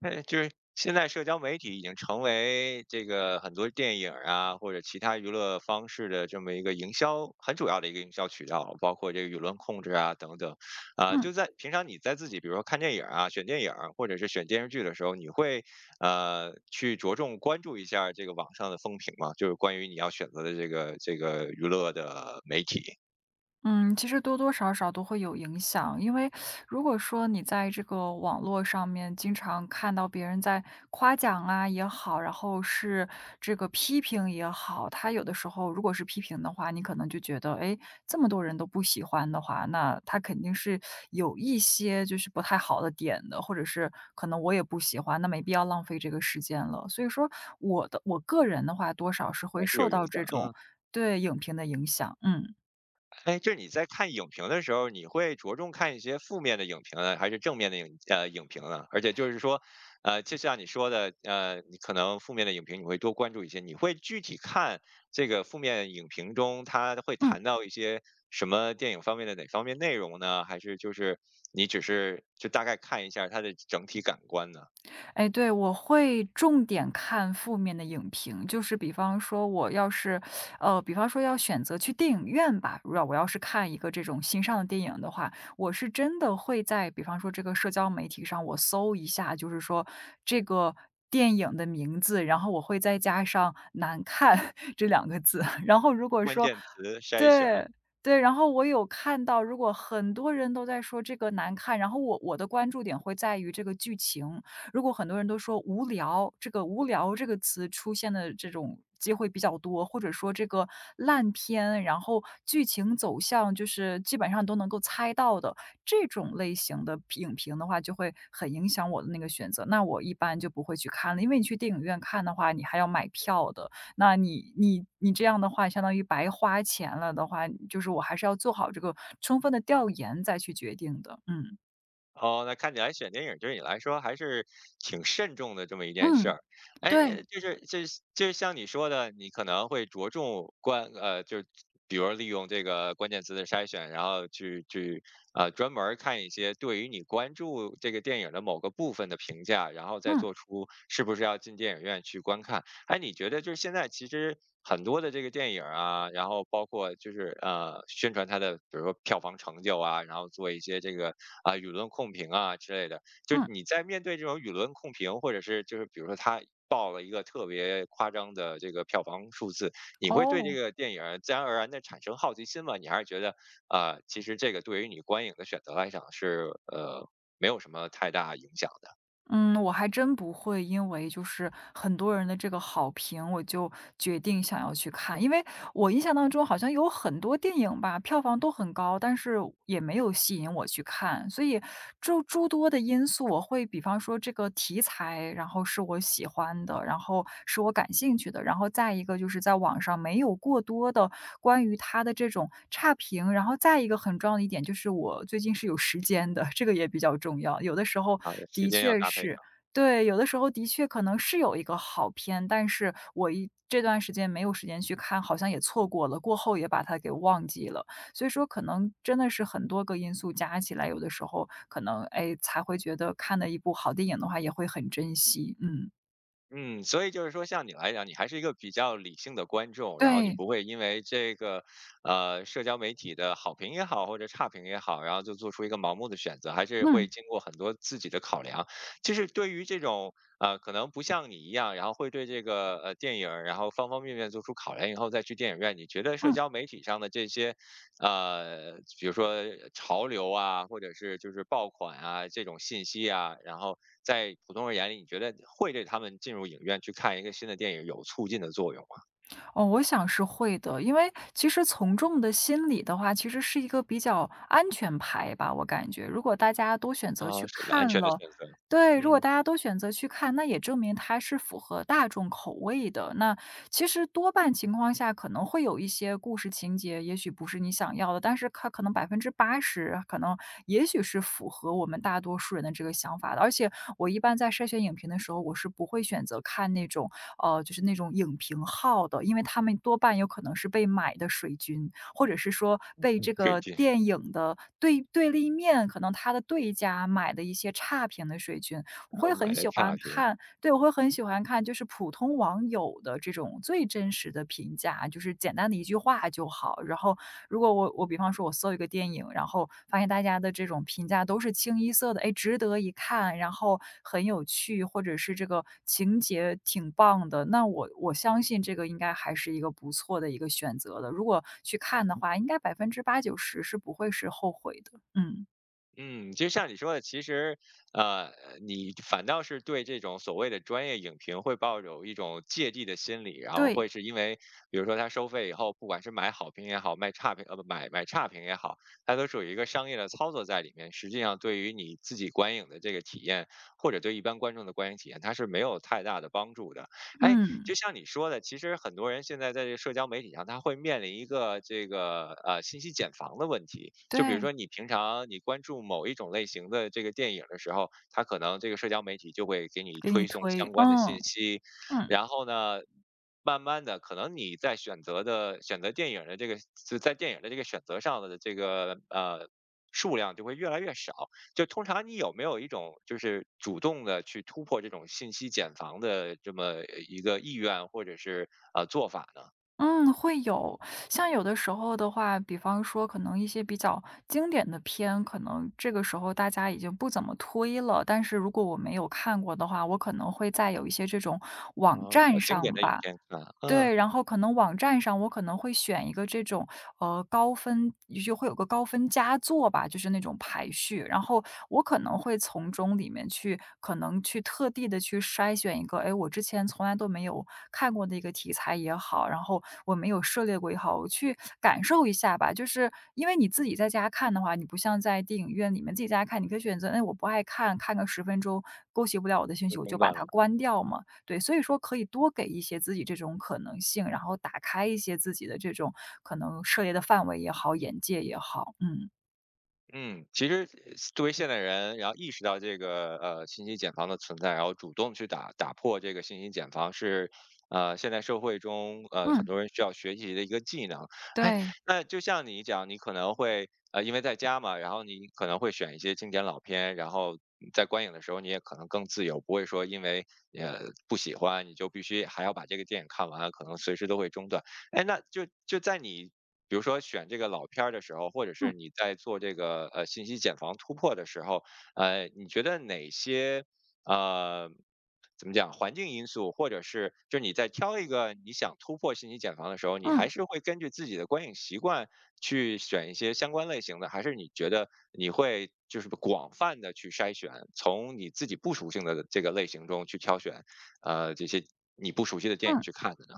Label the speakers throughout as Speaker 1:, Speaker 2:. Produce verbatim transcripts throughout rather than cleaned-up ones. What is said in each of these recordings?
Speaker 1: 哎，就是现在社交媒体已经成为这个很多电影儿啊，或者其他娱乐方式的这么一个营销很主要的一个营销渠道了，包括这个舆论控制啊等等。啊、
Speaker 2: 嗯
Speaker 1: 就在平常你在自己比如说看电影儿啊、选电影儿或者是选电视剧的时候，你会呃去着重关注一下儿这个网上的风评吗？就是关于你要选择的这个这个娱乐的媒体，
Speaker 2: 嗯，其实多多少少都会有影响，因为如果说你在这个网络上面经常看到别人在夸奖啊也好，然后是这个批评也好，他有的时候如果是批评的话，你可能就觉得，哎，这么多人都不喜欢的话，那他肯定是有一些就是不太好的点的，或者是可能我也不喜欢，那没必要浪费这个时间了。所以说，我的我个人的话，多少是
Speaker 1: 还
Speaker 2: 会
Speaker 1: 是有
Speaker 2: 受
Speaker 1: 影
Speaker 2: 到
Speaker 1: 响？
Speaker 2: 这种
Speaker 1: 嗯。
Speaker 2: 对影评的影响，嗯
Speaker 1: 哎，就是你在看影评的时候，你会着重看一些负面的影评呢，还是正面的影呃影评呢？而且就是说，呃，就像你说的，呃，你可能负面的影评你会多关注一些，你会具体看这个负面影评中它会
Speaker 2: 嗯。
Speaker 1: 谈到一些什么电影方面的哪方面内容呢？还是就是你只是就大概看一下它的整体感官呢？
Speaker 2: 哎，对，我会重点看负面的影评，就是比方说我要是，呃，比方说要选择去电影院吧，如果我要是看一个这种新上的电影的话，我是真的会在比方说这个社交媒体上我搜一下，就是说这个电影的名字，然后我会再加上"难看" 这两个字，然后如果
Speaker 1: 关
Speaker 2: 说
Speaker 1: 键词筛选。
Speaker 2: 对。对，然后我有看到，如果很多人都在说这个难看，然后我我的关注点会在于这个剧情，如果很多人都说无聊，这个"无聊"这个词出现的这种机会比较多，或者说这个烂片，然后剧情走向就是基本上都能够猜到的这种类型的影评的话，就会很影响我的那个选择。那我一般就不会去看了，因为你去电影院看的话，你还要买票的，那你你你这样的话，相当于白花钱了的话，就是我还是要做好这个充分的调研再去决定的。嗯，
Speaker 1: 哦，那看起来选电影对你来说还是挺慎重的这么一件事
Speaker 2: 嗯，
Speaker 1: 儿。哎，
Speaker 2: 对，
Speaker 1: 哎就是就是就是像你说的，你可能会着重关呃，就是比如利用这个关键词的筛选，然后去去呃专门儿看一些对于你关注这个电影的某个部分的评价，然后再
Speaker 2: 嗯，
Speaker 1: 做出是不是要进电影院去观看。哎，你觉得就是现在其实很多的这个电影啊，然后包括就是呃宣传它的，比如说票房成就啊，然后做一些这个啊、舆论控评啊之类的，就
Speaker 2: 嗯，
Speaker 1: 你在面对这种舆论控评，或者是就是比如说它报了一个特别夸张的这个票房数字，你会对这
Speaker 2: 哦。
Speaker 1: 个电影儿自然而然的产生好奇心吗？你还是觉得啊、呃其实这个对于你观影的选择来讲是呃没有什么太大影响的。
Speaker 2: 嗯，我还真不会，因为就是很多人的这个好评，我就决定想要去看。因为我印象当中好像有很多电影吧，票房都很高，但是也没有吸引我去看。所以，就诸多的因素，我会比方说这这个题材，然后是我喜欢的，然后是我感兴趣的，然后再一个就是在网上没有过多的关于它的这种差评，然后再一个很重要的一点就是我最近是有时间的，这个也比较重要。有的时候
Speaker 1: 啊，时
Speaker 2: 的
Speaker 1: 间要
Speaker 2: 确
Speaker 1: 搭配。
Speaker 2: 是对，有的时候的确可能是有一个好片，但是我一这段时间没有时间去看，好像也错过了，过后也把它给忘记了。所以说可能真的是很多个因素加起来，有的时候可能，哎，才会觉得看了一部好电影的话也会很珍惜，嗯。
Speaker 1: 嗯，所以就是说，像你来讲，你还是一个比较理性的观众，然后你
Speaker 2: 对，
Speaker 1: 不会因为这个，呃，社交媒体的好评也好，或者差评也好，然后就做出一个盲目的选择，还是会
Speaker 2: 嗯，
Speaker 1: 经过很多自己的考量。就是对于这种，呃，可能不像你一样，然后会对这个呃电影儿，然后方方面面做出考量以后再去电影院，你觉得社
Speaker 2: 嗯。
Speaker 1: 交媒体上的这些呃，比如说潮流啊，或者是就是爆款啊这种信息啊，然后在普通人眼里，你觉得会对他们进入影院去看一个新的电影有促进的作用吗？
Speaker 2: 哦，我想是会的，因为其实从众的心理的话，其实是一个比较安全牌吧，我感觉。如果大家都选择
Speaker 1: 啊，
Speaker 2: 去
Speaker 1: 是个安
Speaker 2: 看
Speaker 1: 全的
Speaker 2: 了，
Speaker 1: 选择。
Speaker 2: 对，如果
Speaker 1: 嗯。
Speaker 2: 大家都选择去看，那也证明它是符合大众口味的。那其实多半情况下可能会有一些故事情节，也许不是你想要的，但是它可能百分之八十，可能也许是符合我们大多数人的这个想法的。而且我一般在筛选影评的时候，我是不会选择看那种呃，就是那种影评号的，因为他们多半有可能是被买的水军，或者是说被这
Speaker 1: 水
Speaker 2: 个
Speaker 1: 军，
Speaker 2: 电影的对对立面，可能他的对家买的一些差评的水军。我
Speaker 1: 然后
Speaker 2: 会
Speaker 1: 买
Speaker 2: 很
Speaker 1: 了
Speaker 2: 喜
Speaker 1: 差
Speaker 2: 欢
Speaker 1: 评。
Speaker 2: 看对，我会很喜欢看就是普通网友的这种最真实的评价，就是简单的一句话就好。然后如果我我比方说我搜一个电影，然后发现大家的这种评价都是清一色的，哎，值得一看，然后很有趣，或者是这个情节挺棒的，那我我相信这个应该还是一个不错的一个选择的。如果去看的话，应该百分之八九十是不会是后悔的。嗯，
Speaker 1: 嗯，就像你说的，其实，呃，你反倒是对这种所谓的专业影评会抱有一种芥蒂的心理，然后
Speaker 2: 对，
Speaker 1: 会是因为，比如说他收费以后，不管是买好评也好，卖差评，呃，不买买差评也好，它都是有一个商业的操作在里面。实际上，对于你自己观影的这个体验，或者对一般观众的观影体验，它是没有太大的帮助的。哎，
Speaker 2: 嗯，
Speaker 1: 就像你说的，其实很多人现在在这社交媒体上，他会面临一个这个呃信息茧房的问题。就比如
Speaker 2: 对，
Speaker 1: 说，你平常你关注某一种类型的这个电影的时候，他可能这个社交媒体就会给你
Speaker 2: 给
Speaker 1: 推
Speaker 2: 你
Speaker 1: 送
Speaker 2: 推，
Speaker 1: 相关的
Speaker 2: 嗯
Speaker 1: 信息，
Speaker 2: 嗯。
Speaker 1: 然后呢，慢慢的，可能你在选择的选择电影的这个就在电影的这个选择上的这个呃数量就会越来越少。就通常你有没有一种就是主动的去突破这种信息茧房的这么呃一个意愿或者是呃做法呢？
Speaker 2: 嗯，会有。像有的时候的话，比方说可能一些比较经典的片，可能这个时候大家已经不怎么推了，但是如果我没有看过的话，我可能会在有一些这种网
Speaker 1: 然后
Speaker 2: 站
Speaker 1: 找经典
Speaker 2: 上
Speaker 1: 的影
Speaker 2: 吧，
Speaker 1: 片看，嗯。
Speaker 2: 对，然后可能网站上我可能会选一个这种，呃，高分就会有个高分佳作吧，就是那种排序。然后我可能会从中里面去可能去特地的去筛选一个，哎，我之前从来都没有看过的一个题材也好，然后我没有涉猎过也好，我去感受一下吧。就是因为你自己在家看的话，你不像在电影院里面自己在家看，你可以选择，哎，我不爱看，看个十分钟勾起不了我的兴
Speaker 1: 被
Speaker 2: 趣，我就
Speaker 1: 中
Speaker 2: 把
Speaker 1: 断了。
Speaker 2: 它关掉嘛。对，所以说可以多给一些自己这种可能性，然后打开一些自己的这种可能涉猎的范围也好，眼界也好，嗯，
Speaker 1: 嗯，其实呃作为现代人，然后意识到这个呃信息茧房的存在，然后主动去打打破这个信息茧房是，呃现代社会中呃很
Speaker 2: 嗯，
Speaker 1: 多人需要学习的一个技能。哎，
Speaker 2: 对，
Speaker 1: 那就像你讲，你可能会呃因为在家嘛，然后你可能会选一些经典老片，然后在观影的时候你也可能更自由，不会说因为呃不喜欢你就必须还要把这个电影看完，可能随时都会中断。哎，那就就在你比如说选这个老片儿的时候，或者是
Speaker 2: 嗯
Speaker 1: 你在做这个呃信息茧房突破的时候，呃，你觉得哪些呃怎么讲环境因素，或者是就是你在挑一个你想突破信息茧房的时候，你还
Speaker 2: 嗯
Speaker 1: 是会根据自己的观影习惯去选一些相关类型的，还是你觉得你会就是广泛的去筛选，从你自己不熟悉的这个类型中去挑选呃这些你不熟悉的电影
Speaker 2: 嗯。
Speaker 1: 去看的呢？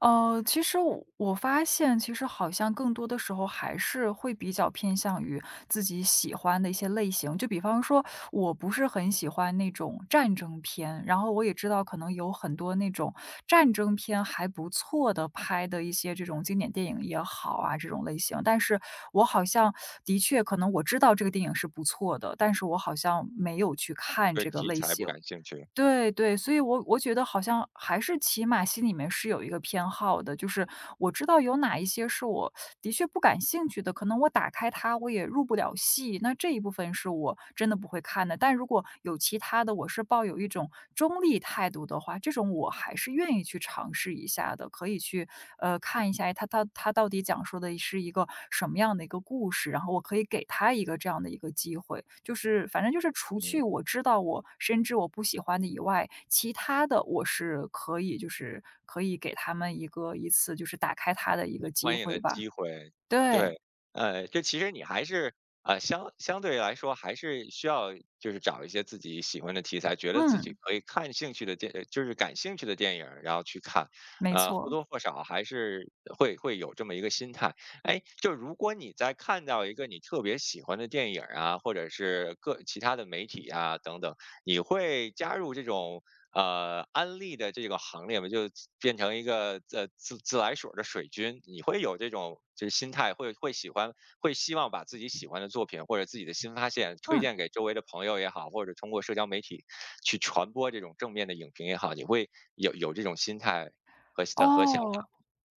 Speaker 2: 呃，其实我我发现，其实好像更多的时候还是会比较偏向于自己喜欢的一些类型。就比方说，我不是很喜欢那种战争片，然后我也知道可能有很多那种战争片还不错的拍的一些这种经典电影也好啊，这种类型。但是我好像的确可能我知道这个电影是不错的，但是我好像没有去看
Speaker 1: 对
Speaker 2: 这个
Speaker 1: 题
Speaker 2: 类
Speaker 1: 材不
Speaker 2: 型。
Speaker 1: 感兴趣。
Speaker 2: 对对，所以我我觉得好像还是起码心里面是有一个偏好的，就是我知道有哪一些是我的确不感兴趣的，可能我打开它我也入不了戏，那这一部分是我真的不会看的。但如果有其他的，我是抱有一种中立态度的话，这种我还是愿意去尝试。试一下的，可以去呃看一下他他他到底讲述的是一个什么样的一个故事，然后我可以给他一个这样的一个机会。就是反正就是除
Speaker 1: 嗯，
Speaker 2: 去我知道我深知我不喜欢的以外，其他的我是可以就是可以给他们一个一次就是打开他的一
Speaker 1: 对
Speaker 2: 个机
Speaker 1: 观影的
Speaker 2: 会吧。
Speaker 1: 机会。
Speaker 2: 对，
Speaker 1: 对，呃，就其实你还是，呃，相相对来说还是需要就是找一些自己喜欢的题材，觉得自己
Speaker 2: 嗯，
Speaker 1: 可以看兴趣的电呃就是感兴趣的电影儿，然后去看，
Speaker 2: 没
Speaker 1: 呃，或
Speaker 2: 错，
Speaker 1: 多或少还是会会有这么一个心态。哎，就如果你在看到一个你特别喜欢的电影儿啊，或者是各其他的媒体啊等等，你会加入这种呃，安利的这个行列嘛，就变成一个呃自自来水儿的水军，你会有这种就是心态，会会喜欢，会希望把自己喜欢的作品或者自己的新发现推
Speaker 2: 嗯，
Speaker 1: 荐给周围的朋友也好，或者通过社交媒体去传播这种正面的影评也好，你会有有这种心态和呃和想
Speaker 2: 哦。
Speaker 1: 法。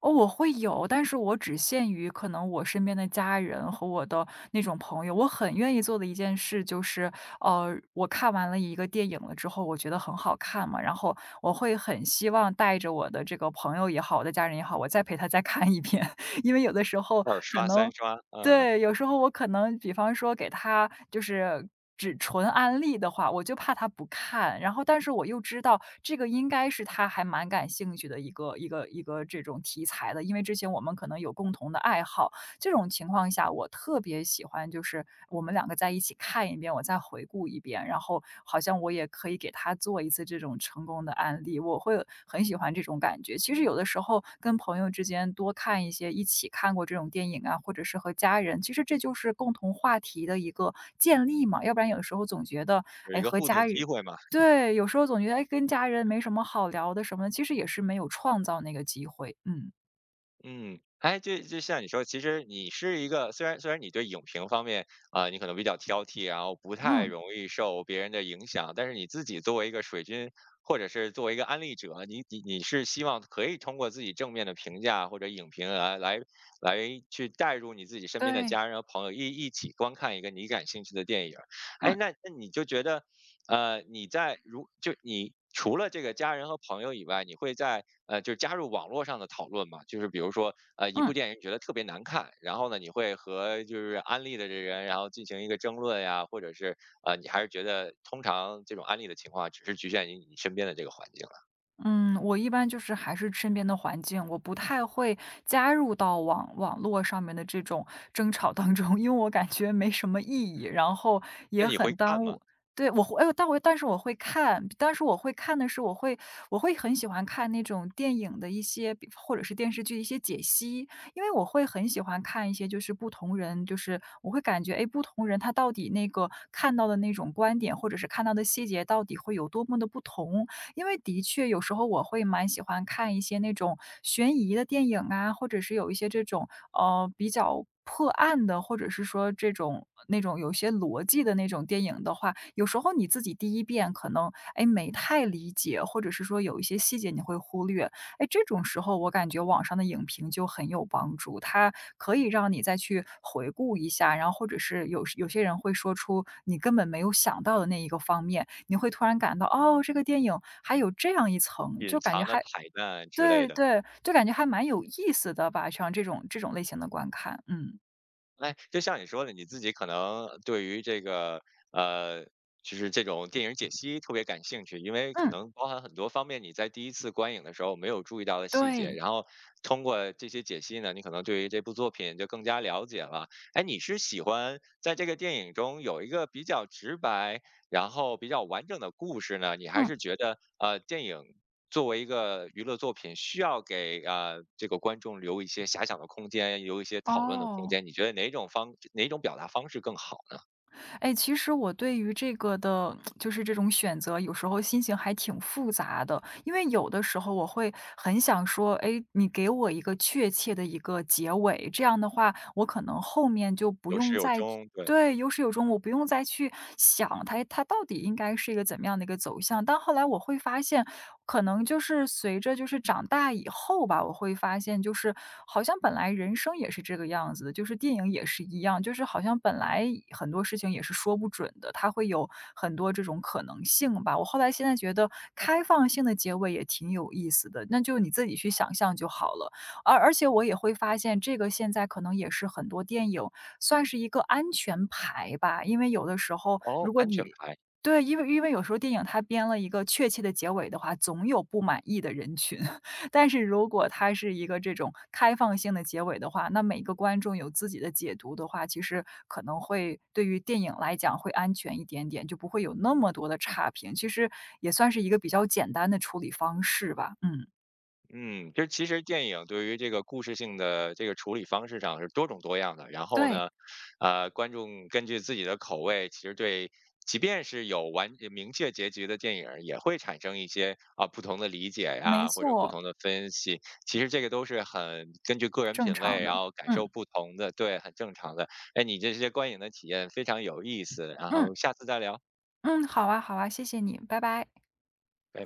Speaker 2: 哦，我会有，但是我只限于可能我身边的家人和我的那种朋友。我很愿意做的一件事就是，呃，我看完了一个电影了之后，我觉得很好看嘛，然后我会很希望带着我的这个朋友也好，我的家人也好，我再陪他再看一遍。因为有的时候
Speaker 1: 二
Speaker 2: 可
Speaker 1: 刷
Speaker 2: 能
Speaker 1: 三刷，嗯。
Speaker 2: 对，有时候我可能比方说给他就是只纯安利的话，我就怕他不看。然后但是我又知道这个应该是他还蛮感兴趣的一个一个一个这种题材的，因为之前我们可能有共同的爱好。这种情况下，我特别喜欢就是我们两个在一起看一遍，我再回顾一遍，然后好像我也可以给他做一次这种成功的案例，我会很喜欢这种感觉。其实有的时候跟朋友之间多看一些一起看过这种电影啊，或者是和家人，其实这就是共同话题的一个建立嘛，要不然有时候总觉得，
Speaker 1: 有一
Speaker 2: 哎，
Speaker 1: 个
Speaker 2: 和
Speaker 1: 互动
Speaker 2: 家
Speaker 1: 机
Speaker 2: 人
Speaker 1: 会嘛。
Speaker 2: 对，有时候总觉得，哎，跟家人没什么好聊的什么的，其实也是没有创造那个机会。嗯，
Speaker 1: 嗯，哎，就就像你说，其实你是一个，虽然虽然你对影评方面啊、呃你可能比较挑剔，然后不太
Speaker 2: 嗯，
Speaker 1: 容易受别人的影响，但是你自己作为一个水军，或者是作为一个安利者，你你你是希望可以通过自己正面的评价或者影评来来来去带入你自己身边的
Speaker 2: 对，
Speaker 1: 家人和朋友一一起观看一个你感兴趣的电影儿。哎，
Speaker 2: 嗯，
Speaker 1: 那那你就觉得，呃，你在如就你除了这个家人和朋友以外，你会在呃，就是加入网络上的讨论嘛，就是比如说，呃，一部
Speaker 2: 嗯。
Speaker 1: 电影你觉得特别难看，然后呢，你会和就是安利的这人，然后进行一个争论呀，或者是呃，你还是觉得通常这种安利的情况只是局限于你身边的这个环境了？
Speaker 2: 嗯，我一般就是还是身边的环境，我不太会加入到网网络上面的这种 争吵当中，因为我感觉没什么意义，然后
Speaker 1: 那
Speaker 2: 也
Speaker 1: 你
Speaker 2: 很
Speaker 1: 会看
Speaker 2: 耽
Speaker 1: 吗？
Speaker 2: 误。对，我会，哎，但我但是我会看，但是我会看的是，我会我会很喜欢看那种电影的一些，比或者是电视剧的一些解析，因为我会很喜欢看一些，就是不同人，就是我会感觉，哎，不同人他到底那个看到的那种观点，或者是看到的细节，到底会有多么的不同，因为的确有时候我会蛮喜欢看一些那种悬疑的电影啊，或者是有一些这种，呃，比较破案的，或者是说这种那种有些逻辑的那种电影的话，有时候你自己第一遍可能，哎，没太理解，或者是说有一些细节你会忽略。哎，这种时候我感觉网上的影评就很有帮助，它可以让你再去回顾一下，然后或者是有有些人会说出你根本没有想到的那一个方面，你会突然感到，哦，这个电影还有这样一层，
Speaker 1: 隐
Speaker 2: 就感觉
Speaker 1: 藏的
Speaker 2: 还
Speaker 1: 彩蛋之类
Speaker 2: 对
Speaker 1: 的？
Speaker 2: 对，就感觉还蛮有意思的吧，像这种这种类型的观看，嗯，
Speaker 1: 哎，就像你说的，你自己可能对于这个呃，就是这种电影解析特别感兴趣，因为可
Speaker 2: 嗯，
Speaker 1: 能包含很多方面你在第一次观影的时候没有注意到的细节，
Speaker 2: 对，
Speaker 1: 然后通过这些解析呢，你可能对于这部作品就更加了解了。哎，你是喜欢在这个电影中有一个比较直白然后比较完整的故事呢，你还
Speaker 2: 嗯，
Speaker 1: 是觉得呃，电影作为一个娱乐作品，需要给呃这个观众留一些遐想的空间，留一些讨论的空
Speaker 2: 哦。
Speaker 1: 间。你觉得哪种方哪种表达方式更好呢？
Speaker 2: 哎，其实我对于这个的，就是这种选择，有时候心情还挺复杂的。因为有的时候我会很想说，哎，你给我一个确切的一个结尾，这样的话，我可能后面就不
Speaker 1: 有始
Speaker 2: 用
Speaker 1: 有
Speaker 2: 再
Speaker 1: 终，对。
Speaker 2: 对，有始有终，我不用再去想它它到底应该是一个怎么样的一个走向。但后来我会发现，可能就是随着就是长大以后吧，我会发现就是好像本来人生也是这个样子的，就是电影也是一样，就是好像本来很多事情也是说不准的，它会有很多这种可能性吧。我后来现在觉得开放性的结尾也挺有意思的，那就你自己去想象就好了。而而且我也会发现，这个现在可能也是很多电影。算是一个安全牌吧。因为有的时候，
Speaker 1: 哦，
Speaker 2: 如果
Speaker 1: 安全
Speaker 2: 你
Speaker 1: 牌。
Speaker 2: 对，因为因为有时候电影它编了一个确切的结尾的话，总有不满意的人群。但是如果它是一个这种开放性的结尾的话，那每个观众有自己的解读的话，其实可能会对于电影来讲会安全一点点，就不会有那么多的差评。其实也算是一个比较简单的处理方式吧。嗯，
Speaker 1: 嗯，就其实电影对于这个故事性的这个处理方式上是多种多样的。然后
Speaker 2: 对，
Speaker 1: 呢，呃，观众根据自己的口味，其实对，即便是有完呃明确结局的电影儿，也会产生一些啊、不同的理解
Speaker 2: 没
Speaker 1: 呀，或者不
Speaker 2: 错，
Speaker 1: 同的分析。其实这个都是很根据个人
Speaker 2: 正
Speaker 1: 品味，
Speaker 2: 常
Speaker 1: 然
Speaker 2: 的。
Speaker 1: 后感受
Speaker 2: 嗯
Speaker 1: 不同的，对，很正常的。哎，你这些观影的体验非常有意思，然
Speaker 2: 嗯
Speaker 1: 后下次再聊，
Speaker 2: 嗯，好啊好啊，谢谢你，拜拜。
Speaker 1: 拜拜。